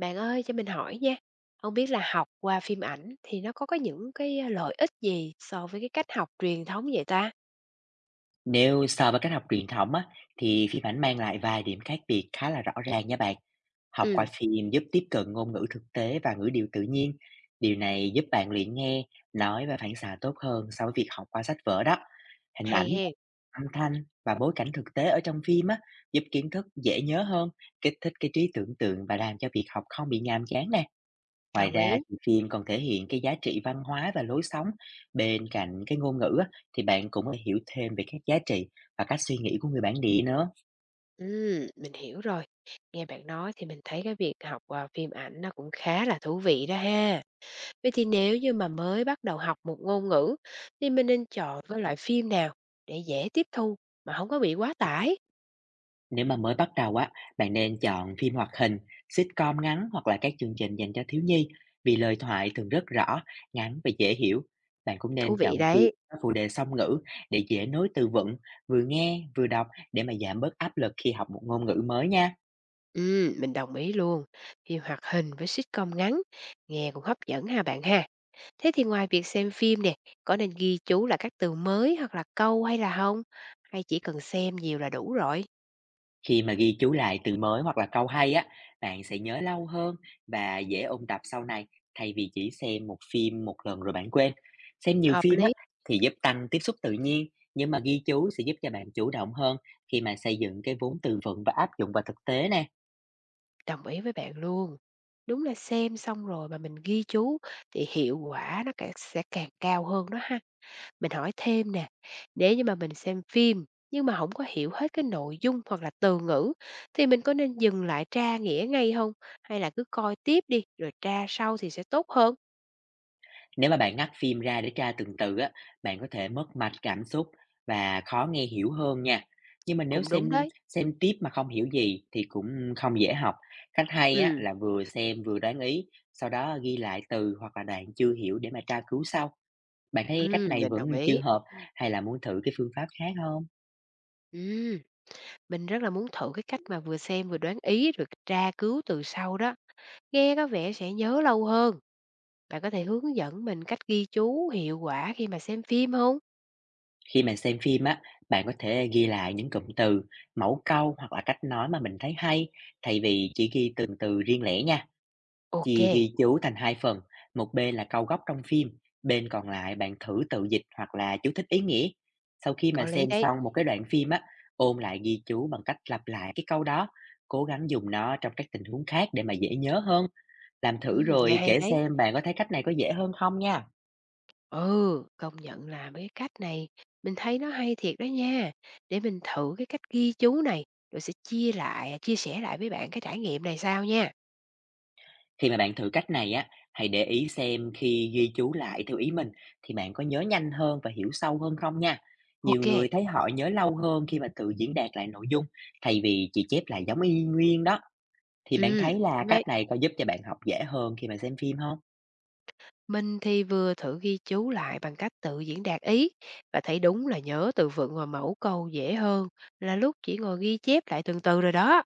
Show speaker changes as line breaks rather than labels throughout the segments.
Bạn ơi cho mình hỏi nha, không biết là học qua phim ảnh thì nó có những cái, lợi ích gì so với cái cách học truyền thống vậy ta?
Nếu so với cách học truyền thống á, thì phim ảnh mang lại vài điểm khác biệt khá là rõ ràng nha bạn. Học qua
Ừ,
phim giúp tiếp cận ngôn ngữ thực tế và ngữ điệu tự nhiên. Điều này giúp bạn luyện nghe, nói và phản xạ tốt hơn so với việc học qua sách vở đó. Hình
hay
ảnh,
hen,
âm thanh và bối cảnh thực tế ở trong phim á, giúp kiến thức dễ nhớ hơn, kích thích cái trí tưởng tượng và làm cho việc học không bị nhàm chán nè. Ngoài
đồng
ra
ý.
thì phim còn thể hiện cái giá trị văn hóa và lối sống. Bên cạnh cái ngôn ngữ á, thì bạn cũng có thể hiểu thêm về các giá trị và cách suy nghĩ của người bản địa nữa.
Ừ, mình hiểu rồi. Nghe bạn nói thì mình thấy cái việc học, qua phim ảnh nó cũng khá là thú vị đó ha. Vậy thì nếu như mà mới bắt đầu học một ngôn ngữ thì mình nên chọn cái loại phim nào để dễ tiếp thu mà không có bị quá tải?
Nếu mà mới bắt đầu á, bạn nên chọn phim hoạt hình, sitcom ngắn hoặc là các chương trình dành cho thiếu nhi vì lời thoại thường rất rõ, ngắn và dễ hiểu. Bạn cũng
Thú
nên
vị
chọn phim
đấy.
có phụ đề song ngữ để dễ nối từ vựng, vừa nghe vừa đọc để mà giảm bớt áp lực khi học một ngôn ngữ mới nha.
Ừ, mình đồng ý luôn. Phim hoạt hình với sitcom ngắn nghe cũng hấp dẫn ha bạn ha. Thế thì ngoài việc xem phim nè, có nên ghi chú là các từ mới hoặc là câu hay là không, hay chỉ cần xem nhiều là đủ rồi?
Khi mà ghi chú lại từ mới hoặc là câu hay á, bạn sẽ nhớ lâu hơn và dễ ôn tập sau này thay vì chỉ xem một phim một lần rồi bạn quên. Xem nhiều
Hợp
phim á
lý,
thì giúp tăng tiếp xúc tự nhiên, nhưng mà ghi chú sẽ giúp cho bạn chủ động hơn khi mà xây dựng cái vốn từ vựng và áp dụng vào thực tế nè.
đồng ý với bạn luôn. Đúng là xem xong rồi mà mình ghi chú thì hiệu quả nó càng sẽ càng cao hơn đó ha. Mình hỏi thêm nè, nếu như mà mình xem phim nhưng mà không có hiểu hết cái nội dung hoặc là từ ngữ thì mình có nên dừng lại tra nghĩa ngay không, hay là cứ coi tiếp đi rồi tra sau thì sẽ tốt hơn?
Nếu mà bạn ngắt phim ra để tra từng từ á, bạn có thể mất mạch cảm xúc và khó nghe hiểu hơn nha. Nhưng mà nếu
Cũng đúng
xem
đấy.
xem tiếp mà không hiểu gì thì cũng không dễ học. Cách hay á
Ừm,
là vừa xem vừa đoán ý, sau đó ghi lại từ hoặc là đoạn chưa hiểu để mà tra cứu sau. Bạn thấy cách
ừm,
này
mình
vẫn
đồng
chưa
ý.
hợp hay là muốn thử cái phương pháp khác không?
Ừm. Mình rất là muốn thử cái cách mà vừa xem vừa đoán ý rồi tra cứu từ sau đó. Nghe có vẻ sẽ nhớ lâu hơn. Bạn có thể hướng dẫn mình cách ghi chú hiệu quả khi mà xem phim không?
Khi mà xem phim á, bạn có thể ghi lại những cụm từ, mẫu câu hoặc là cách nói mà mình thấy hay thay vì chỉ ghi từng từ riêng lẻ nha.
Ok,
Chị ghi chú thành 2 phần, một bên là câu gốc trong phim, bên còn lại bạn thử tự dịch hoặc là chú thích ý nghĩa. Sau khi mà
có lý
xem
đấy.
xong một cái đoạn phim á, ôn lại ghi chú bằng cách lặp lại cái câu đó, cố gắng dùng nó trong các tình huống khác để mà dễ nhớ hơn. Làm thử
Ừ, nghe
rồi
hay
kể
đấy.
xem bạn có thấy cách này có dễ hơn không nha.
Ừ, công nhận là mấy cái cách này mình thấy nó hay thiệt đó nha. Để mình thử cái cách ghi chú này rồi sẽ chia lại, chia sẻ lại với bạn cái trải nghiệm này sao nha.
Khi mà bạn thử cách này á, hãy để ý xem khi ghi chú lại theo ý mình thì bạn có nhớ nhanh hơn và hiểu sâu hơn không nha. Nhiều
Ok.
người thấy họ nhớ lâu hơn khi mà tự diễn đạt lại nội dung thay vì chỉ chép lại giống y nguyên đó. Thì bạn
Ừ,
thấy là
đúng đấy.
cách này có giúp cho bạn học dễ hơn khi mà xem phim không?
Mình thì vừa thử ghi chú lại bằng cách tự diễn đạt ý và thấy đúng là nhớ từ vựng và mẫu câu dễ hơn là lúc chỉ ngồi ghi chép lại từng từ rồi đó.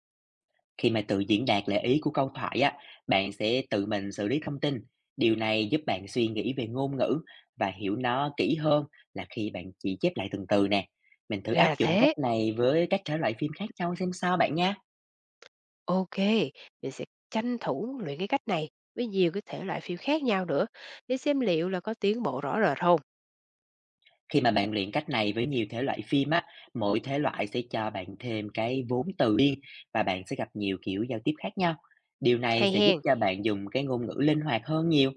Khi mà tự diễn đạt lại ý của câu thoại á, bạn sẽ tự mình xử lý thông tin. Điều này giúp bạn suy nghĩ về ngôn ngữ và hiểu nó kỹ hơn là khi bạn chỉ chép lại từng từ nè. Mình thử
Ra
áp
là
dụng cách
thế.
này với các thể loại phim khác nhau xem sao bạn nha.
Ok, mình sẽ tranh thủ luyện cái cách này với nhiều cái thể loại phim khác nhau nữa để xem liệu là có tiến bộ rõ rệt không.
Khi mà bạn luyện cách này với nhiều thể loại phim á, mỗi thể loại sẽ cho bạn thêm cái vốn từ riêng và bạn sẽ gặp nhiều kiểu giao tiếp khác nhau. Điều này
Hay
sẽ giúp
hen,
cho bạn dùng cái ngôn ngữ linh hoạt hơn nhiều.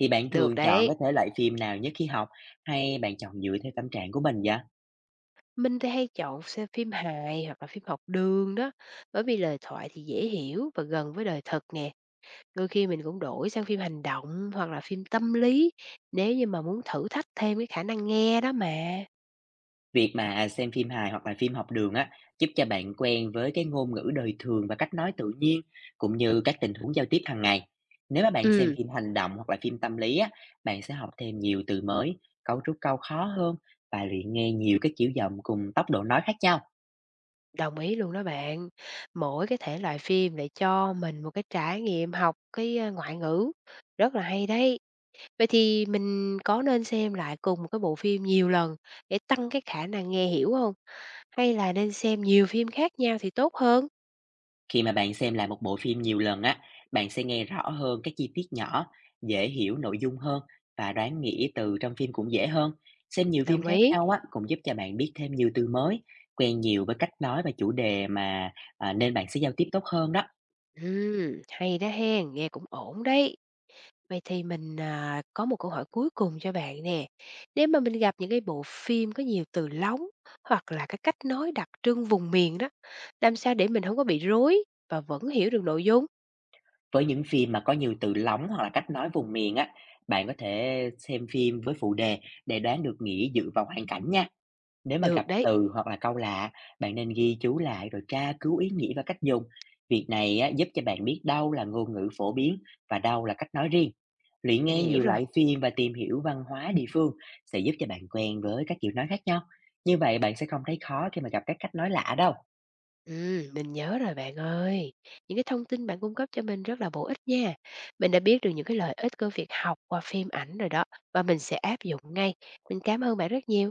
Thì bạn
được
thường chọn
đấy.
cái thể loại phim nào nhất khi học, hay bạn chọn dựa theo tâm trạng của mình vậy?
Mình thì hay chọn xem phim hài hoặc là phim học đường đó bởi vì lời thoại thì dễ hiểu và gần với đời thật nè. Đôi khi mình cũng đổi sang phim hành động hoặc là phim tâm lý, nếu như mà muốn thử thách thêm cái khả năng nghe đó mà.
Việc mà xem phim hài hoặc là phim học đường á, giúp cho bạn quen với cái ngôn ngữ đời thường và cách nói tự nhiên, cũng như các tình huống giao tiếp hàng ngày. Nếu mà bạn xem
Ừm,
phim hành động hoặc là phim tâm lý á, bạn sẽ học thêm nhiều từ mới, cấu trúc câu khó hơn và luyện nghe nhiều cái kiểu giọng cùng tốc độ nói khác nhau.
đồng ý luôn đó bạn. Mỗi cái thể loại phim lại cho mình một cái trải nghiệm học cái, ngoại ngữ, rất là hay đấy. Vậy thì mình có nên xem lại cùng một cái bộ phim nhiều lần để tăng cái khả năng nghe hiểu không? Hay là nên xem nhiều phim khác nhau thì tốt hơn?
Khi mà bạn xem lại một bộ phim nhiều lần á, bạn sẽ nghe rõ hơn các chi tiết nhỏ, dễ hiểu nội dung hơn và đoán nghĩa từ trong phim cũng dễ hơn. Xem nhiều phim
Đồng
khác
ý.
nhau á cũng giúp cho bạn biết thêm nhiều từ mới, quen nhiều với cách nói và chủ đề mà nên bạn sẽ giao tiếp tốt hơn đó.
Hay đó hen, nghe cũng ổn đấy. Vậy thì mình, có một câu hỏi cuối cùng cho bạn nè. Nếu mà mình gặp những cái bộ phim có nhiều từ lóng hoặc là cái cách nói đặc trưng vùng miền đó, làm sao để mình không có bị rối và vẫn hiểu được nội dung?
Với những phim mà có nhiều từ lóng hoặc là cách nói vùng miền á, bạn có thể xem phim với phụ đề để đoán được nghĩa dựa vào hoàn cảnh nha. Nếu mà
Được
gặp
đấy,
từ hoặc là câu lạ, bạn nên ghi chú lại rồi tra cứu ý nghĩa và cách dùng. Việc này á, giúp cho bạn biết đâu là ngôn ngữ phổ biến và đâu là cách nói riêng. Luyện
mình
nghe
hiểu
nhiều
rồi.
lại phim và tìm hiểu văn hóa địa phương sẽ giúp cho bạn quen với các kiểu nói khác nhau. Như vậy bạn sẽ không thấy khó khi mà gặp các cách nói lạ đâu.
Mình nhớ rồi bạn ơi. Những cái thông tin bạn cung cấp cho mình rất là bổ ích nha. Mình đã biết được những cái lợi ích của việc học qua phim ảnh rồi đó, và mình sẽ áp dụng ngay. Mình cảm ơn bạn rất nhiều.